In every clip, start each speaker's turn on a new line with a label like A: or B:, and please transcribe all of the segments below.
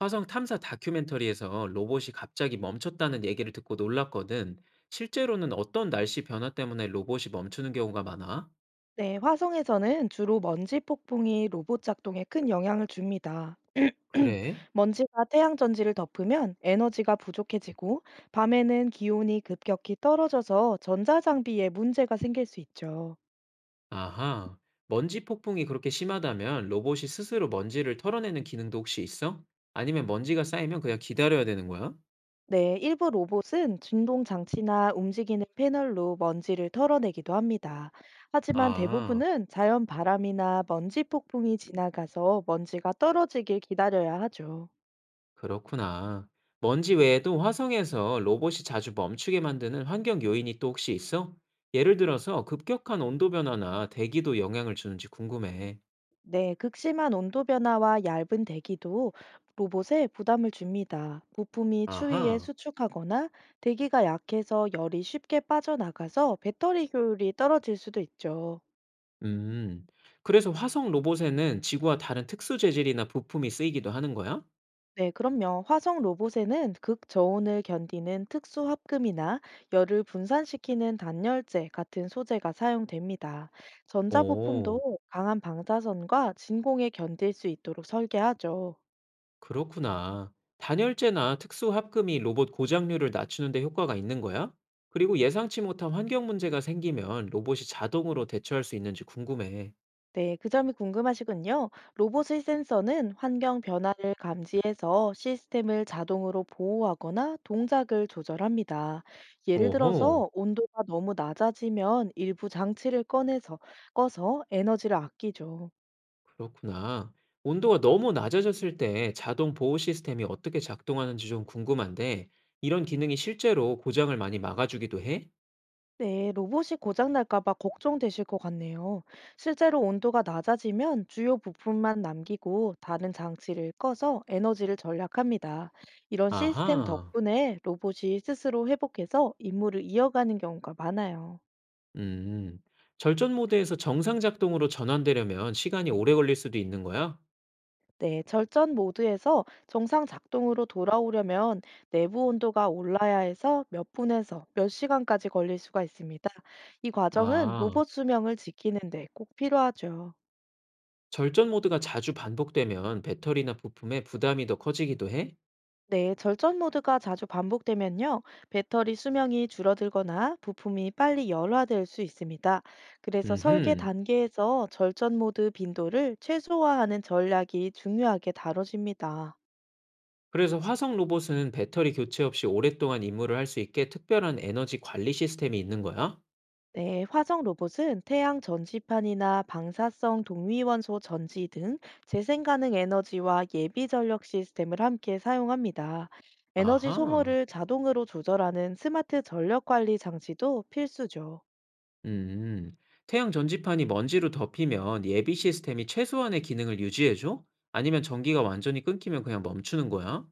A: 화성 탐사 다큐멘터리에서 로봇이 갑자기 멈췄다는 얘기를 듣고 놀랐거든. 실제로는 어떤 날씨 변화 때문에 로봇이 멈추는 경우가 많아?
B: 네, 화성에서는 주로 먼지 폭풍이 로봇 작동에 큰 영향을 줍니다.
A: 그래?
B: 먼지가 태양 전지를 덮으면 에너지가 부족해지고 밤에는 기온이 급격히 떨어져서 전자 장비에 문제가 생길 수 있죠.
A: 아하. 먼지 폭풍이 그렇게 심하다면 로봇이 스스로 먼지를 털어내는 기능도 혹시 있어? 아니면 먼지가 쌓이면 그냥 기다려야 되는 거야?
B: 네, 일부 로봇은 진동 장치나 움직이는 패널로 먼지를 털어내기도 합니다. 하지만
A: 아,
B: 대부분은 자연 바람이나 먼지 폭풍이 지나가서 먼지가 떨어지길 기다려야 하죠.
A: 그렇구나. 먼지 외에도 화성에서 로봇이 자주 멈추게 만드는 환경 요인이 또 혹시 있어? 예를 들어서 급격한 온도 변화나 대기도 영향을 주는지 궁금해.
B: 네, 극심한 온도 변화와 얇은 대기도 로봇에 부담을 줍니다. 부품이 추위에
A: 아하.
B: 수축하거나 대기가 약해서 열이 쉽게 빠져나가서 배터리 효율이 떨어질 수도 있죠.
A: 음. 그래서 화성 로봇에는 지구와 다른 특수 재질이나 부품이 쓰이기도 하는 거야?
B: 네, 그럼요. 화성 로봇에는 극저온을 견디는 특수 합금이나 열을 분산시키는 단열재 같은 소재가 사용됩니다.
A: 오,
B: 전자부품도 강한 방사선과 진공에 견딜 수 있도록 설계하죠.
A: 그렇구나. 단열재나 특수 합금이 로봇 고장률을 낮추는 데 효과가 있는 거야? 그리고 예상치 못한 환경 문제가 생기면 로봇이 자동으로 대처할 수 있는지 궁금해.
B: 네, 그 점이 궁금하시군요. 로봇의 센서는 환경 변화를 감지해서 시스템을 자동으로 보호하거나 동작을 조절합니다. 예를
A: 오호,
B: 들어서 온도가 너무 낮아지면 일부 장치를 꺼내서 꺼서 에너지를 아끼죠.
A: 그렇구나. 온도가 너무 낮아졌을 때 자동 보호 시스템이 어떻게 작동하는지 좀 궁금한데, 이런 기능이 실제로 고장을 많이 막아주기도 해?
B: 네, 로봇이 고장날까 봐 걱정되실 것 같네요. 실제로 온도가 낮아지면 주요 부품만 남기고 다른 장치를 꺼서 에너지를 절약합니다. 이런 시스템
A: 아하.
B: 덕분에 로봇이 스스로 회복해서 임무를 이어가는 경우가 많아요.
A: 음, 절전 모드에서 정상 작동으로 전환되려면 시간이 오래 걸릴 수도 있는 거야?
B: 네, 절전 모드에서 정상 작동으로 돌아오려면 내부 온도가 올라야 해서 몇 분에서 몇 시간까지 걸릴 수가 있습니다. 이 과정은
A: 아,
B: 로봇 수명을 지키는 데 꼭 필요하죠.
A: 절전 모드가 자주 반복되면 배터리나 부품에 부담이 더 커지기도 해?
B: 네, 절전 모드가 자주 반복되면요, 배터리 수명이 줄어들거나 부품이 빨리 열화될 수 있습니다. 그래서 설계
A: 음흠.
B: 단계에서 절전 모드 빈도를 최소화하는 전략이 중요하게 다뤄집니다.
A: 그래서 화성 로봇은 배터리 교체 없이 오랫동안 임무를 할 수 있게 특별한 에너지 관리 시스템이 있는 거야?
B: 네, 화성 로봇은 태양 전지판이나 방사성 동위원소 전지 등 재생 가능 에너지와 예비 전력 시스템을 함께 사용합니다. 에너지
A: 아하.
B: 소모를 자동으로 조절하는 스마트 전력 관리 장치도 필수죠.
A: 음, 태양 전지판이 먼지로 덮이면 예비 시스템이 최소한의 기능을 유지해줘? 아니면 전기가 완전히 끊기면 그냥 멈추는 거야?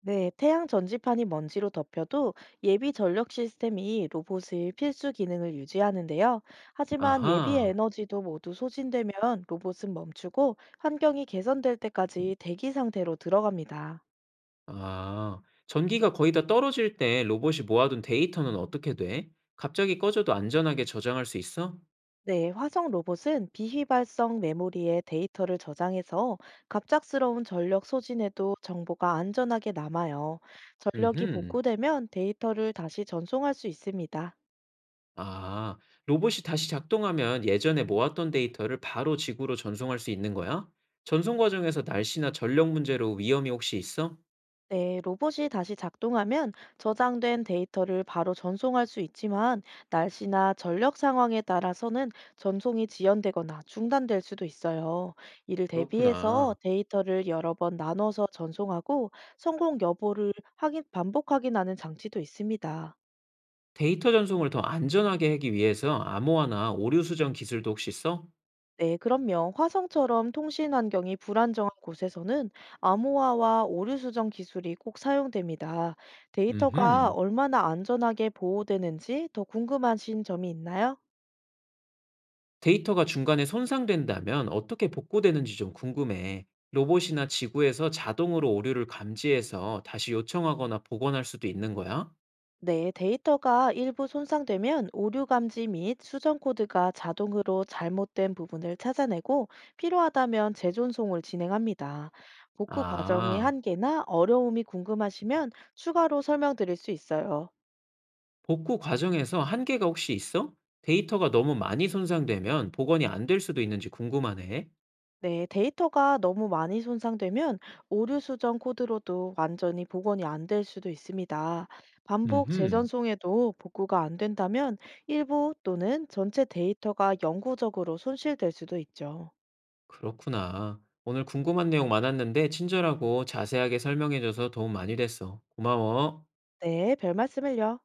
B: 네, 태양 전지판이 먼지로 덮여도 예비 전력 시스템이 로봇의 필수 기능을 유지하는데요. 하지만 예비
A: 아하.
B: 에너지도 모두 소진되면 로봇은 멈추고 환경이 개선될 때까지 대기 상태로 들어갑니다.
A: 아, 전기가 거의 다 떨어질 때 로봇이 모아둔 데이터는 어떻게 돼? 갑자기 꺼져도 안전하게 저장할 수 있어?
B: 네, 화성 로봇은 비휘발성 메모리에 데이터를 저장해서 갑작스러운 전력 소진에도 정보가 안전하게 남아요. 전력이
A: 음흠.
B: 복구되면 데이터를 다시 전송할 수 있습니다.
A: 아, 로봇이 다시 작동하면 예전에 모았던 데이터를 바로 지구로 전송할 수 있는 거야? 전송 과정에서 날씨나 전력 문제로 위험이 혹시 있어?
B: 네, 로봇이 다시 작동하면 저장된 데이터를 바로 전송할 수 있지만 날씨나 전력 상황에 따라서는 전송이 지연되거나 중단될 수도 있어요. 이를 대비해서
A: 그렇구나.
B: 데이터를 여러 번 나눠서 전송하고 성공 여부를 확인, 반복 확인하는 장치도 있습니다.
A: 데이터 전송을 더 안전하게 하기 위해서 암호화나 오류 수정 기술도 혹시 써?
B: 네, 그럼요. 화성처럼 통신 환경이 불안정한 곳에서는 암호화와 오류 수정 기술이 꼭 사용됩니다. 데이터가
A: 음흠.
B: 얼마나 안전하게 보호되는지 더 궁금하신 점이 있나요?
A: 데이터가 중간에 손상된다면 어떻게 복구되는지 좀 궁금해. 로봇이나 지구에서 자동으로 오류를 감지해서 다시 요청하거나 복원할 수도 있는 거야?
B: 네, 데이터가 일부 손상되면 오류 감지 및 수정 코드가 자동으로 잘못된 부분을 찾아내고 필요하다면 재존송을 진행합니다. 복구 과정의
A: 아,
B: 한계나 어려움이 궁금하시면 추가로 설명드릴 수 있어요.
A: 복구 과정에서 한계가 혹시 있어? 데이터가 너무 많이 손상되면 복원이 안 될 수도 있는지 궁금하네.
B: 네, 데이터가 너무 많이 손상되면 오류 수정 코드로도 완전히 복원이 안 될 수도 있습니다. 반복
A: 음,
B: 재전송에도 복구가 안 된다면 일부 또는 전체 데이터가 영구적으로 손실될 수도 있죠.
A: 그렇구나. 오늘 궁금한 내용 많았는데 친절하고 자세하게 설명해줘서 도움 많이 됐어. 고마워.
B: 네, 별 말씀을요.